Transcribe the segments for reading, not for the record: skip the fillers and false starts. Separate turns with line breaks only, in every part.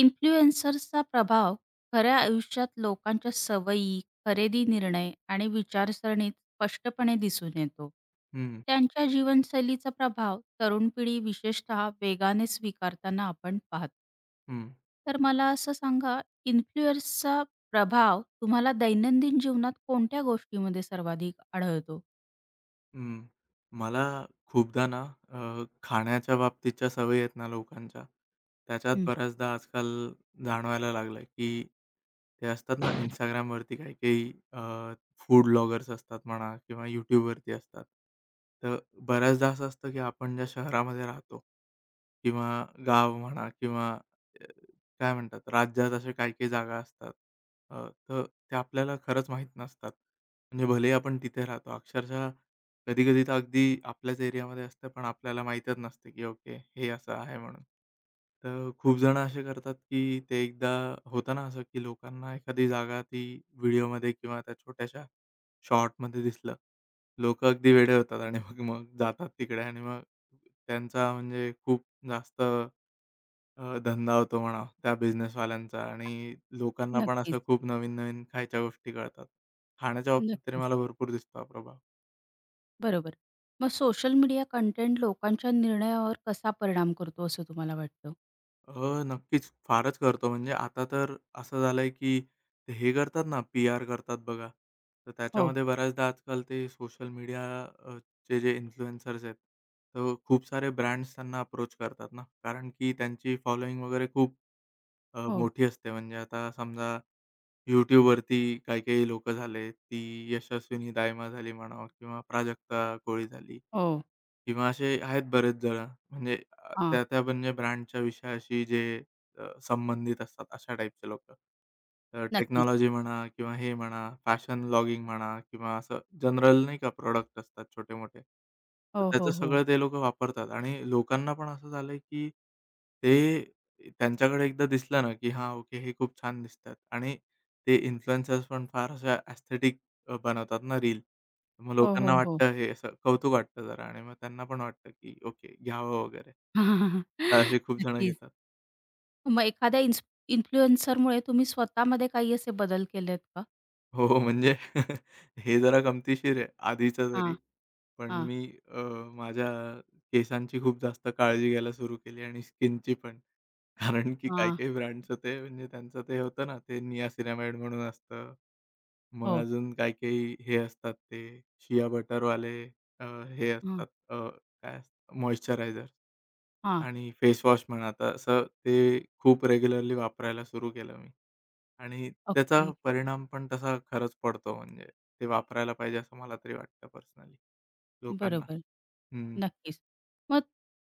इन्फ्लुएन्सर्सचा प्रभाव खऱ्या आयुष्यात लोकांच्या सवयी, खरेदी निर्णय आणि विचारसरणीत स्पष्टपणे दिसून येतो.
हं,
त्यांच्या जीवनशैलीचा प्रभाव तरुण पिढी विशेषतः वेगाने स्वीकारताना आपण पाहतो.
हं,
तर मला असं सांगा, इन्फ्लुएर्सचा प्रभाव तुम्हाला दैनंदिन जीवनात कोणत्या गोष्टीमध्ये सर्वाधिक आढळतो?
हं. मला खूपदा ना खाण्याच्या बाबतीतच्या सवयी आहेत ना लोकांच्या, त्याच्यात
हं,
बऱ्याचदा आजकाल जाणवायला लागलं आहे, की ते असतात ना Instagramवरती काही-काही फूड ब्लॉगर्स असतात म्हणा किंवा YouTubeवरती असतात. तर बऱ्याचदा असं असतं, की आपण ज्या शहरामध्ये राहतो किंवा गाव म्हणा किंवा अ, काय म्हणतात राज्यात अशा काही-काही जागा असतात. तर ते आपल्याला खरंच माहीत नसतात. म्हणजे भलेही आपण तिथे राहतो. अक्षरशः कधी-कधी तर अगदी आपल्याच एरियामध्ये असतं, पण आपल्याला माहीतच नसते, की ओके हे असं आहे म्हणून. तर खूप जण असे करतात, की ते एकदा होतं ना असं, की लोकांना एखादी जागा ती व्हिडिओमध्ये किंवा त्या छोट्याशा शॉर्टमध्ये दिसलं. लोकं अगदी वेडे होतात आणि मग मग जातात तिकडे आणि मग त्यांचा म्हणजे खूप जास्त धंदा होतो म्हणा त्या बिझनेसवाल्यांचा आणि लोकांना पण असं
नक्कीच,
खूप नवीन-नवीन खायच्या गोष्टी कळतात. खाण्याच्या बाबतीत तरी
नक्कीच.
मला भरपूर दिसतो हा प्रभाव.
बरोबर. मग सोशल मीडिया कंटेंट लोकांच्या निर्णयावर कसा परिणाम करतो असं तुम्हाला वाटतं?
नक्कीच फारच करतो म्हणजे आता तर असं झालंय, की ते हे करतात ना, पी-आर करतात बघा. तर
हो,
त्याच्यामध्ये बऱ्याचदा आजकाल ते सोशल मीडिया जे इन्फ्लुएन्सर्स आहेत, तर खूप सारे ब्रँड्स त्यांना अप्रोच करतात ना, कारण की त्यांची फॉलोइंग वगैरे खूप
हो,
मोठी असते. म्हणजे आता समजा YouTubeवरती काही-काही लोक झाले, ती यशस्विनी दायमा झाली म्हणा किंवा प्राजक्ता कोळी झाली.
हो.
किंवा असे आहेत बरेच जण म्हणजे
हां.
त्या त्या म्हणजे ब्रँडच्या विषयाशी जे संबंधित असतात अशा टाईपचे लोकं. तर
नक्कीच.
टेक्नॉलॉजी म्हणा किंवा हे म्हणा, फॅशन ब्लॉगिंग म्हणा किंवा असं जनरल नाही का प्रॉडक्ट असतात छोटे-मोठे. तर
हो,
त्याचं
हो, हो.
सगळं ते लोकं वापरतात आणि लोकांना पण असं झालंय, की ते त्यांच्याकडे एकदा दिसलं ना, की हां, ओके हे खूप छान दिसतात आणि ते इन्फ्लुएन्सर्स पण फार अशा बनवतात ना रील. मग
हो,
लोकांना
हो, हो.
वाटतं हे असं कौतुक वाटतं जरा आणि मग त्यांना पण वाटतं, की ओके घ्यावं वगैरे. तर असे खूप जण
नक्कीच.
घेतात.
मग एखाद्या इन्फ्लुएन्सरमुळे तुम्ही स्वतःमध्ये काही असे बदल केलेत का?
हो, हो, म्हणजे हे जरा गमतीशीर आहे आधीचं
हां,
तरी. पण
हां,
मी अ, माझ्या केसांची खूप जास्त काळजी घ्यायला सुरू केली आणि स्किनची पण. कारण की
हां.
काही-काही ब्रँडचं ते म्हणजे त्यांचं ते होतं ना, ते नियासिनामाईड म्हणून असतं. मग
हो.
अजून काही-काही हे असतात ते शिया बटरवाले अ, हे
हां,
असतात काय असतं मॉइश्चरायझर
हां.
आणि फेसवॉश म्हणा आता असं ते खूप रेग्युलरली वापरायला सुरू केलं मी. आणि त्याचा
ओके.
परिणाम पण तसा खरंच पडतो म्हणजे ते वापरायला पाहिजे असं मला तरी वाटतं पर्सनली लोकांना.
बरोबर.
हं.
नक्कीच. मग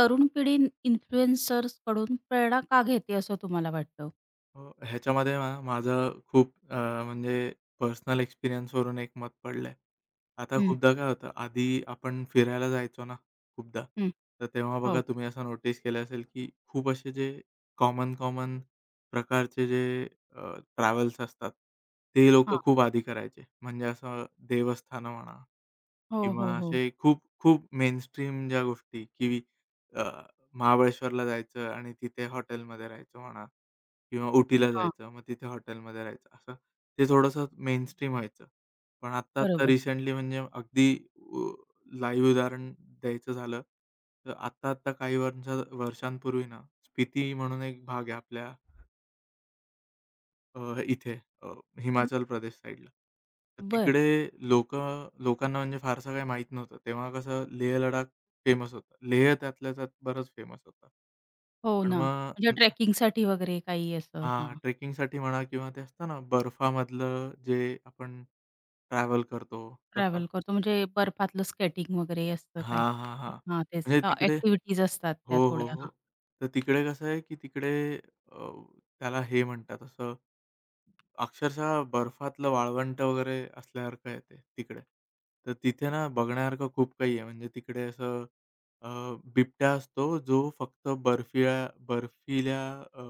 तरुण पिढी इन्फ्लुएन्सर्सकडून प्रेरणा का घेते असं तुम्हाला वाटतं?
ह्याच्यामध्ये ना माझं खूप म्हणजे पर्सनल एक्सपिरियन्सवरून एक मत पडलं आता
हं,
खूपदा काय होतं, आधी आपण फिरायला जायचो ना खूपदा,
हं.
तर तेव्हा
हो.
बघा तुम्ही असं नोटीस केलं असेल, की खूप असे जे कॉमन-कॉमन प्रकारचे जे अ, ट्रॅव्हल्स असतात, ते लोकं
हां.
खूप आधी करायचे. म्हणजे असं देवस्थानं म्हणा
हो,
किंवा
हो, हो.
असे खूप खूप मेनस्ट्रीम ज्या गोष्टी की महाबळेश्वरला जायचं आणि तिथे हॉटेलमध्ये राहायचं म्हणा किंवा उटीला
हां.
जायचं, मग तिथे हॉटेलमध्ये राहायचं असं ते थोडंसं मेनस्ट्रीम व्हायचं. पण आता तर
बरोबर.
रिसेंटली म्हणजे अगदी उ लाईव्ह उदाहरण द्यायचं झालं, तर आत्ता-आत्ता काही वर्षा वर्षांपूर्वी ना, स्पिती म्हणून एक भाग आहे आपल्या इथे अ, हिमाचल प्रदेश साईडला. तर
बरं.
तिकडे लोकांना म्हणजे फारसं काही माहीत नव्हतं. तेव्हा कसं लेह लडाख फेमस होता लेह त्यातल्या त्यात बरंच फेमस होता
हो
पण
ना. म्हणजे
मग
ट्रेकिंगसाठी वगैरे काही असं?
हां,
हां.
ट्रेकिंगसाठी म्हणा किंवा ते असतं ना बर्फामधलं जे आपण ट्रॅव्हल करतो तसं.
ट्रॅव्हल करतो म्हणजे बर्फातलं स्केटिंग वगैरे असतं
हां, हां,
काही-काही.
हां.
हां, तेच
म्हणजे तिकडे
ॲक्टिव्हिटीज असतात त्या
हो, हो,
थोड्या. हां.
हो. तर तिकडे कसं आहे की तिकडे अ, त्याला हे म्हणतात असं अक्षरशः बर्फातलं वाळवंट वगैरे असल्यासारखं आहे ते तिकडे. तर तिथे ना बघण्यासारखं खूप काही आहे. म्हणजे तिकडे असं अ, बिबट्या असतो जो फक्त बर्फिल्या अ,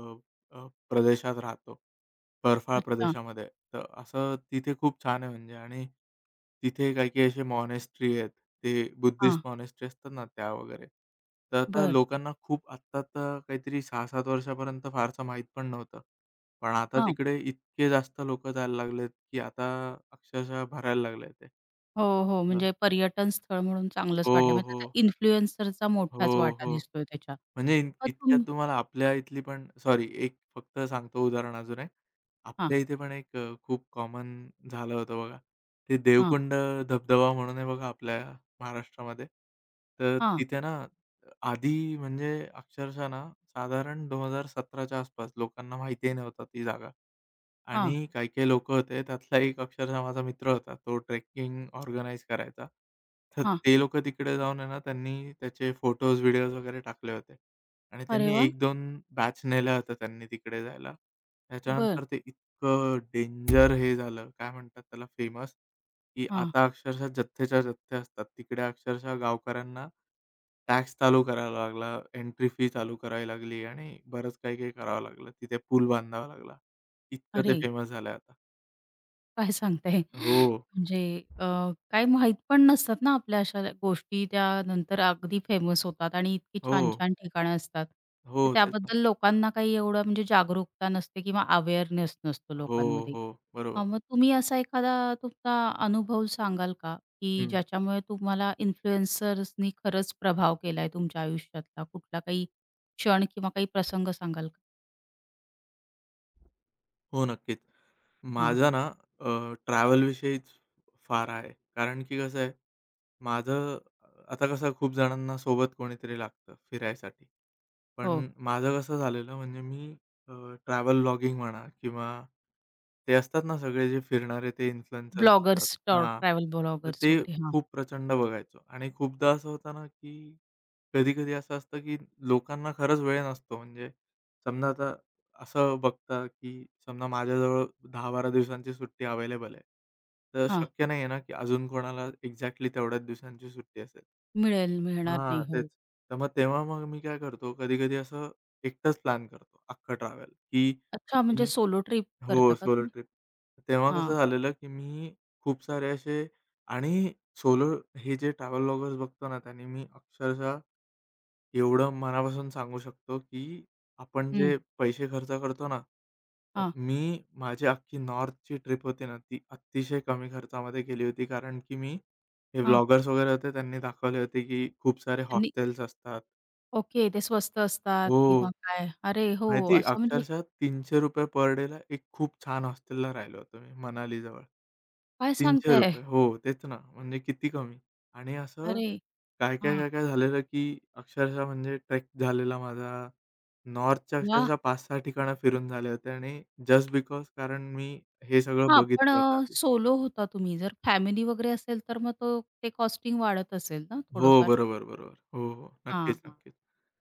अ, प्रदेशात राहतो. बर्फाळ
अच्छा.
प्रदेशामध्ये. तर असं तिथे खूप छान आहे म्हणजे आणि तिथे काही-काही असे मॉनेस्ट्री आहेत. ते बुद्धिस्ट
हां,
मॉनेस्ट्री असतात ना त्या वगैरे. तर आता
बरं.
लोकांना खूप आत्ता तर काहीतरी 6-7 वर्षापर्यंत फारसं माहीत पण नव्हतं. पण आता
हां.
तिकडे इतके जास्त लोकं जायला लागलेत, की आता अक्षरशः भरायला लागलंय ते.
हो, हो.
हं.
म्हणजे पर्यटन स्थळ म्हणून चांगलंच
हो,
वाटलं. म्हणजे
हो.
त्या इन्फ्लुएन्सरचा मोठाच
हो,
वाटा
हो.
दिसतोय त्याच्यात.
म्हणजे
मग
इतक्यात
तुम
तुम्हाला आपल्या इथली पण सॉरी एक फक्त सांगतो उदाहरण अजून एक.
हां,
आपल्या इथे पण एक खूप कॉमन झालं होतं बघा. ते
हां,
देवकुंड धबधबा म्हणून आहे बघा आपल्या महाराष्ट्रामध्ये. तर
हां,
तिथे ना आधी म्हणजे अक्षरशः ना साधारण 2017 च्या आसपास लोकांना माहितीही नव्हता ती जागा.
हां,
आणि काही-काही लोकं होते त्यातला एक अक्षरशः माझा मित्र होता. तो ट्रेकिंग ऑर्गनाइज करायचा. तर
हां.
ते लोकं तिकडे जाऊन आहे ना त्यांनी त्याचे फोटोज, व्हिडिओज वगैरे टाकले होते. आणि
अरे
त्यांनी
वाह!
एक दोन बॅच नेल्या होत्या त्यांनी तिकडे जायला.
बरं.
त्याच्यानंतर ते इतकं डेंजर हे झालं, काय म्हणतात त्याला फेमस, की
हां.
आता अक्षरशः जथ्थेच्या जथ्थे असतात. तिकडे अक्षरशः गावकऱ्यांना टॅक्स चालू करायला लागला, एंट्री फी चालू करावी लागली आणि बरंच काही-काही करावं लागलं. तिथे पूल बांधावा लागला. इतकं ते
अरे!
फेमस झालंय आता.
काय सांगताय?
हो,
म्हणजे अ, काय माहीत पण नसतात ना आपल्या अशा गोष्टी, त्यानंतर अगदी फेमस होतात आणि इतकी
हो,
छान-छान ठिकाणं असतात. तर
हो, तेच ना.
त्याबद्दल लोकांना काही एवढं म्हणजे जागरूकता नसते किंवा अवेअरनेस नसतो
हो,
लोकांमध्ये.
हो, बरोबर.
हां, मग तुम्ही असा एखादा तुमचा अनुभव सांगाल का, की
हं.
ज्याच्यामुळे तुम्हाला इन्फ्लुएन्सर्सनी खरंच प्रभाव केलाय तुमच्या आयुष्यातला? कुठला काही क्षण किंवा काही प्रसंग सांगाल का?
हो, नक्कीच.
हां,
माझा ना ट्रॅव्हलविषयीच फार आहे. कारण की कसं आहे, माझं आता कसं खूप जणांना सोबत कोणीतरी लागतं फिरायसाठी.
हो.
पण माझं कसं झालेलं म्हणजे मी अ, ट्रॅव्हल व्लॉगिंग म्हणा किंवा ते असतात ना सगळे जे फिरणारे ते इन्फ्लुएन्सर्स असतात.
ब्लॉगर्स,
हां.
ट्रॅव्हल
तर
ब्लॉगर्स
ते
वगैरे. हां,
खूप प्रचंड बघायचो आणि खूपदा असं होतं ना, की कधी-कधी असं असतं, की लोकांना खरंच वेळ नसतो. म्हणजे समजा आता असं बघता, की समजा माझ्याजवळ 10-12 दिवसांची सुट्टी अवेलेबल आहे. तर
हां.
शक्य नाही आहे ना, की अजून कोणाला एक्झॅक्टली तेवढ्याच दिवसांची सुट्टी असेल.
मिळेल, मिळणार
हां,
नाही.
तेच.
हो.
तर मग तेव्हा मग मी काय करतो, कधी-कधी असं एकटाच प्लॅन करतो अख्खं ट्रॅव्हल, की
अच्छा, म्हणजे
मी
सोलो ट्रिप
हो,
करता का
सोलो
तुम्ही?
ट्रिप. तेव्हा
हां,
कसं झालेलं, की मी खूप सारे असे आणि सोलो हे जे ट्रॅव्हल व्लॉगर्स बघतो ना, त्यांनी मी अक्षरशः एवढं मनापासून सांगू शकतो, की आपण
हं.
जे पैसे खर्च करतो ना,
हां,
मी माझी अख्खी नॉर्थची ट्रिप होती ना, ती अतिशय कमी खर्चामध्ये केली होती. कारण की मी हे
हां.
व्लॉगर्स वगैरे होते, त्यांनी दाखवले होते, की खूप सारे
त्यांनी
हॉस्टेल्स असतात.
ओके, ते स्वस्त असतात
हो,
किंवा काय? अरे हो,
माहिती आहे,
असं म्हणजे
अक्षरशः ₹300 पर डेला एक खूप छान हॉस्टेलला राहिलो होतो मी मनालीजवळ.
काय सांगताय?
₹300 हो, तेच ना. म्हणजे किती कमी आणि असं
अरे
काय, काय,
हां,
काय, काय झालेलं, की अक्षरशः म्हणजे ट्रेक झालेला माझा नॉर्थच्या
वाह!
अक्षरशः 5-6 ठिकाणं फिरून झाले होते आणि जस्ट बिकॉज कारण मी हे सगळं
हां, पण
बघितलं होतं आधी.
सोलो होता तुम्ही. जर फॅमिली वगैरे असेल, तर मग तो ते कॉस्टिंग वाढत असेल ना
हो,
थोडंफार?
बरोबर, बरोबर. हो, हो.
हां,
नक्कीच,
हां.
नक्कीच.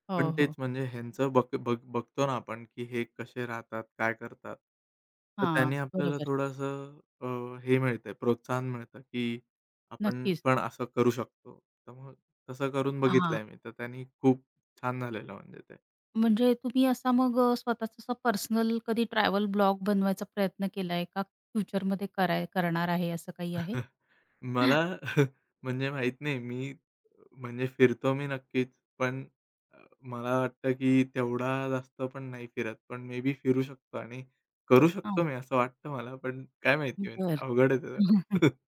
हो,
पण
हो.
तेच म्हणजे ह्यांचं बक बघ बघतो ना आपण, की हे कसे राहतात, काय करतात. तर
हां,
त्याने आपल्याला
बरोबर.
थोडंसं हे मिळतंय, प्रोत्साहन मिळतं, की आपण
नक्कीच.
पण असं करू शकतो. तर मग तसं करून
हां.
बघितलंय मी, तर त्यांनी खूप छान झालेलं म्हणजे ते.
म्हणजे तुम्ही असा मग स्वतःचा असा पर्सनल कधी ट्रॅव्हल ब्लॉग बनवायचा प्रयत्न केलाय का? फ्युचरमध्ये करणार आहे असं काही आहे?
मला म्हणजे माहीत नाही मी म्हणजे फिरतो मी नक्कीच, पण मला वाटतं की तेवढा जास्त पण नाही फिरत. पण मे बी फिरू शकतो आणि करू
हां,
शकतो मी असं वाटतं मला, पण काय माहिती
बरं.
म्हणजे अवघड आहे ते जरा.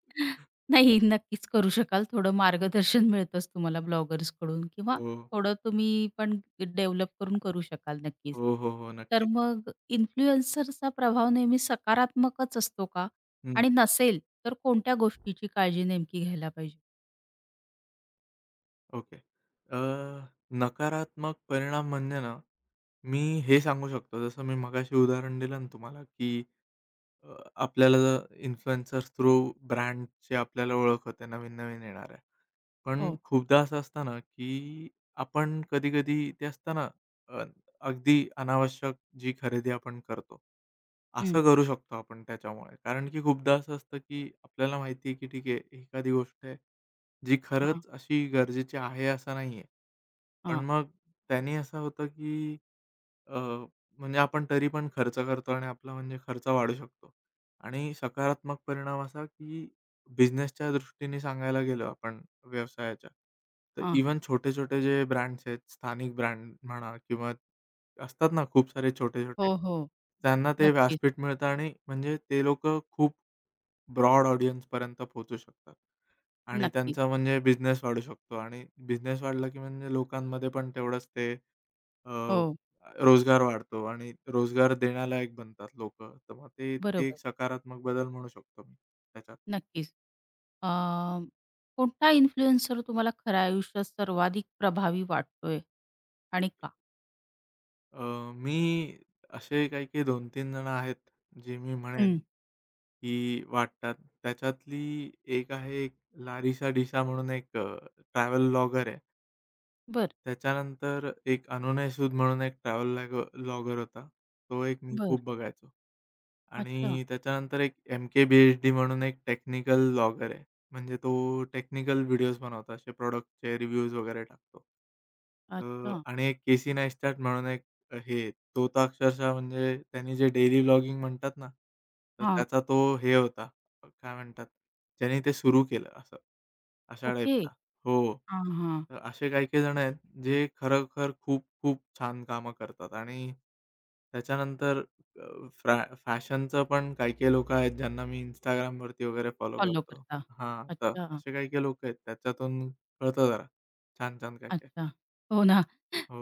नाही, नक्कीच करू शकाल. थोडं मार्गदर्शन मिळतंच तुम्हाला ब्लॉगर्सकडून किंवा
हो.
थोडं तुम्ही पण डेव्हलप करून करू शकाल नक्कीच.
हो, हो, हो.
तर
नक्कीच.
मग इन्फ्लुएन्सरचा प्रभाव नेहमी सकारात्मकच असतो का?
हं.
आणि नसेल तर कोणत्या गोष्टीची काळजी नेमकी घ्यायला पाहिजे?
ओके. अ, नकारात्मक परिणाम म्हणजे ना, मी हे सांगू शकतो जसं मी मगाशी उदाहरण दिलं ना तुम्हाला, की अ, आपल्याला इन्फ्लुएन्सर्स थ्रू ब्रँडची आपल्याला ओळख होते नवीन-नवीन येणाऱ्या. पण
हो.
खूपदा असं असतं ना, की आपण कधी-कधी ते असतं ना, अ, अगदी अनावश्यक जी खरेदी आपण करतो,
हं.
असं करू शकतो आपण त्याच्यामुळे. कारण की खूपदा असं असतं, की आपल्याला माहिती आहे, की ठीक आहे, एखादी गोष्ट आहे, जी
हां,
खरंच अशी गरजेची आहे असं नाहीये. पण
हां,
मग त्याने असं होतं, की अ, म्हणजे आपण तरी पण खर्च करतो आणि आपला म्हणजे खर्च वाढू शकतो. आणि सकारात्मक परिणाम असा, की बिझनेसच्या दृष्टीने सांगायला गेलो आपण व्यवसायाच्या, तर
हां.
इव्हन छोटे-छोटे जे ब्रँड्स आहेत, स्थानिक ब्रँड म्हणा किंवा असतात ना खूप सारे छोटे-छोटे,
हो, हो.
त्यांना ते
नक्कीच,
व्यासपीठ मिळतं आणि म्हणजे ते लोकं खूप ब्रॉड ऑडियन्सपर्यंत पोहोचू शकतात. आणि
नक्कीच.
त्यांचा म्हणजे बिझनेस वाढू शकतो आणि बिझनेस वाढला, की म्हणजे लोकांमध्ये पण तेवढंच ते अ,
हो,
रोजगार वाढतो आणि रोजगार देण्यालायक बनतात लोकं. तर मग ते ते एक
बरोबर.
सकारात्मक बदल म्हणू शकतो मी त्याच्यात.
नक्कीच. अ, कोणता इन्फ्लुएन्सर तुम्हाला खऱ्या आयुष्यात सर्वाधिक प्रभावी वाटतोय आणि
ओके.
का?
अ, मी असे काही-काही 2-3 जण आहेत, जे मी म्हणेन,
हं.
की वाटतात. त्याच्यातली एक आहे, एक लारिसा डिशा म्हणून एक ट्रॅव्हल व्लॉगर आहे.
बर,
त्याच्यानंतर एक अनोन सूद म्हणून एक ट्रॅव्हल व्लॉगर होता. तो एक मी
बरं.
खूप बघायचो.
अच्छा,
आणि त्याच्यानंतर एक एम-के-बी-एच-डी म्हणून एक टेक्निकल व्लॉगर आहे. म्हणजे तो टेक्निकल व्हिडिओज बनवतो. असे प्रॉडक्टचे रिव्ह्यूज वगैरे टाकतो.
अच्छा.
आणि एक केसी नैस्टॅट म्हणून एक हे तो तर अक्षरशः म्हणजे त्यांनी जे डेली व्लॉगिंग म्हणतात ना, तर
हां,
त्याचा तो हे होता, काय म्हणतात, ज्याने ते सुरू केलं असं, अशा
ओके.
टाईपचा. हो.
हां, हां.
तर असे काही-काही जण आहेत, जे खरोखर खूप-खूप छान कामं करतात आणि त्याच्यानंतर अ, फ्रॅ फॅशनचं पण काही-काही लोकं आहेत, ज्यांना मी Instagramवरती वगैरे फॉलो
फॉलो
करतो.
करता.
हां, तर
अच्छा,
असे काही-काही लोकं आहेत, त्याच्यातून कळतं जरा छान-छान काय-काय.
अच्छा. हो ना.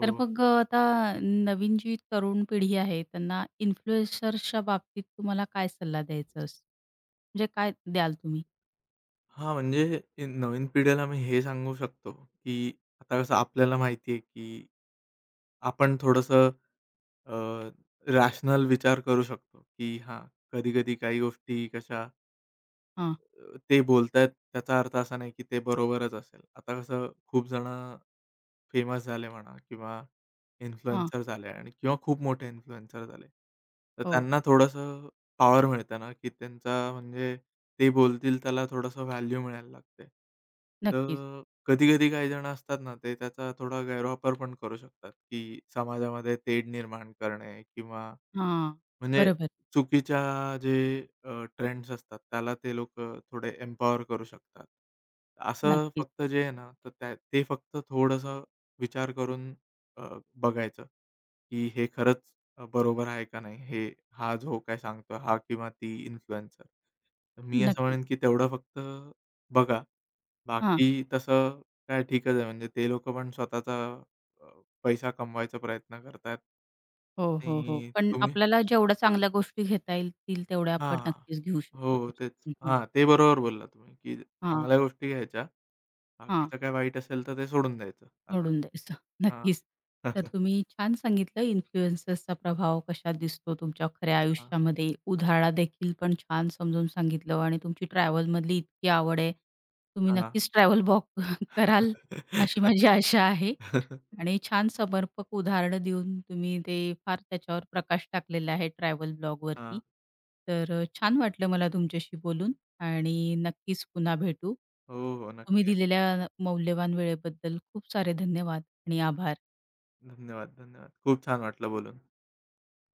तर मग आता नवीन जी तरुण पिढी आहे त्यांना इन्फ्लुएन्सर्सच्या बाबतीत तुम्हाला काय सल्ला द्यायचा असतो? म्हणजे काय द्याल तुम्ही?
हां, म्हणजे ए नवीन पिढीला मी हे सांगू शकतो, की आता कसं आपल्याला माहिती आहे, की आपण थोडंसं अ, रॅशनल विचार करू शकतो, की हां, कधी-कधी काही गोष्टी कशा
हां,
ते बोलतायत त्याचा अर्थ असा नाही, की ते बरोबरच असेल. आता कसं खूप जणं फेमस झाले म्हणा किंवा
हां.
इन्फ्लुएन्सर झाले आणि किंवा खूप मोठे इन्फ्लुएन्सर झाले. तर
हो,
त्यांना थोडंसं पॉवर मिळते ना, की त्यांचा म्हणजे ते बोलतील त्याला थोडंसं व्हॅल्यू मिळायला लागते.
नक्कीच.
तर कधी-कधी काही जण असतात ना, ते त्याचा थोडा गैरवापर पण करू शकतात, की समाजामध्ये तेढ निर्माण करणे किंवा
हां,
म्हणजे
बरोबर.
चुकीच्या जे ट्रेंड्स असतात, त्याला ते लोकं थोडे एम्पॉवर करू शकतात. असं
नक्कीच,
फक्त जे आहे ना, तर त्या ते फक्त थोडंसं विचार करून अ, बघायचं, की हे खरंच बरोबर आहे का नाही? हे हा जो काय सांगतो, हा किंवा ती इन्फ्लुएन्सर. तर मी असं
नक्कीच.
म्हणेन, की तेवढं फक्त बघा.
हां.
बाकी तसं काय ठीकच आहे. म्हणजे ते लोकं पण स्वतःचा अ, पैसा कमवायचा प्रयत्न करतायत
हो, हो, हो.
आणि
पण
तुम्ही
आपल्याला जेवढ्या चांगल्या गोष्टी घेता येतील तेवढ्या आपण
हां.
नक्कीच घेऊ
हो,
शकतो
तेच.
त्याच्यातून.
हां,
हो.
ते बरोबर बोललात तुम्ही, की
हां,
चांगल्या गोष्टी घ्यायच्या.
हां.
बाकीचं काय वाईट असेल तर ते सोडून द्यायचं असं.
सोडून द्यायचं.
हां.
नक्कीच. तर तुम्ही छान सांगितलं इन्फ्लुएन्सर्सचा प्रभाव कशात दिसतो तुमच्या खऱ्या
हां,
आयुष्यामध्ये. उधाळादेखील पण छान समजून सांगितलं आणि तुमची ट्रॅव्हलमधली इतकी आवड आहे. तुम्ही
हां.
नक्कीच ट्रॅव्हल ब्लॉग कराल अशी माझी आशा आहे. आणि छान समर्पक उदाहरणं देऊन तुम्ही ते फार त्याच्यावर प्रकाश टाकलेला आहे ट्रॅव्हल
हां.
ब्लॉगवरती. तर छान वाटलं मला तुमच्याशी बोलून आणि नक्कीच पुन्हा भेटू.
हो, हो.
तुम्ही
नक्की.
दिलेल्या मौल्यवान वेळेबद्दल खूप सारे धन्यवाद आणि आभार.
धन्यवाद, धन्यवाद. खूप छान वाटलं बोलून.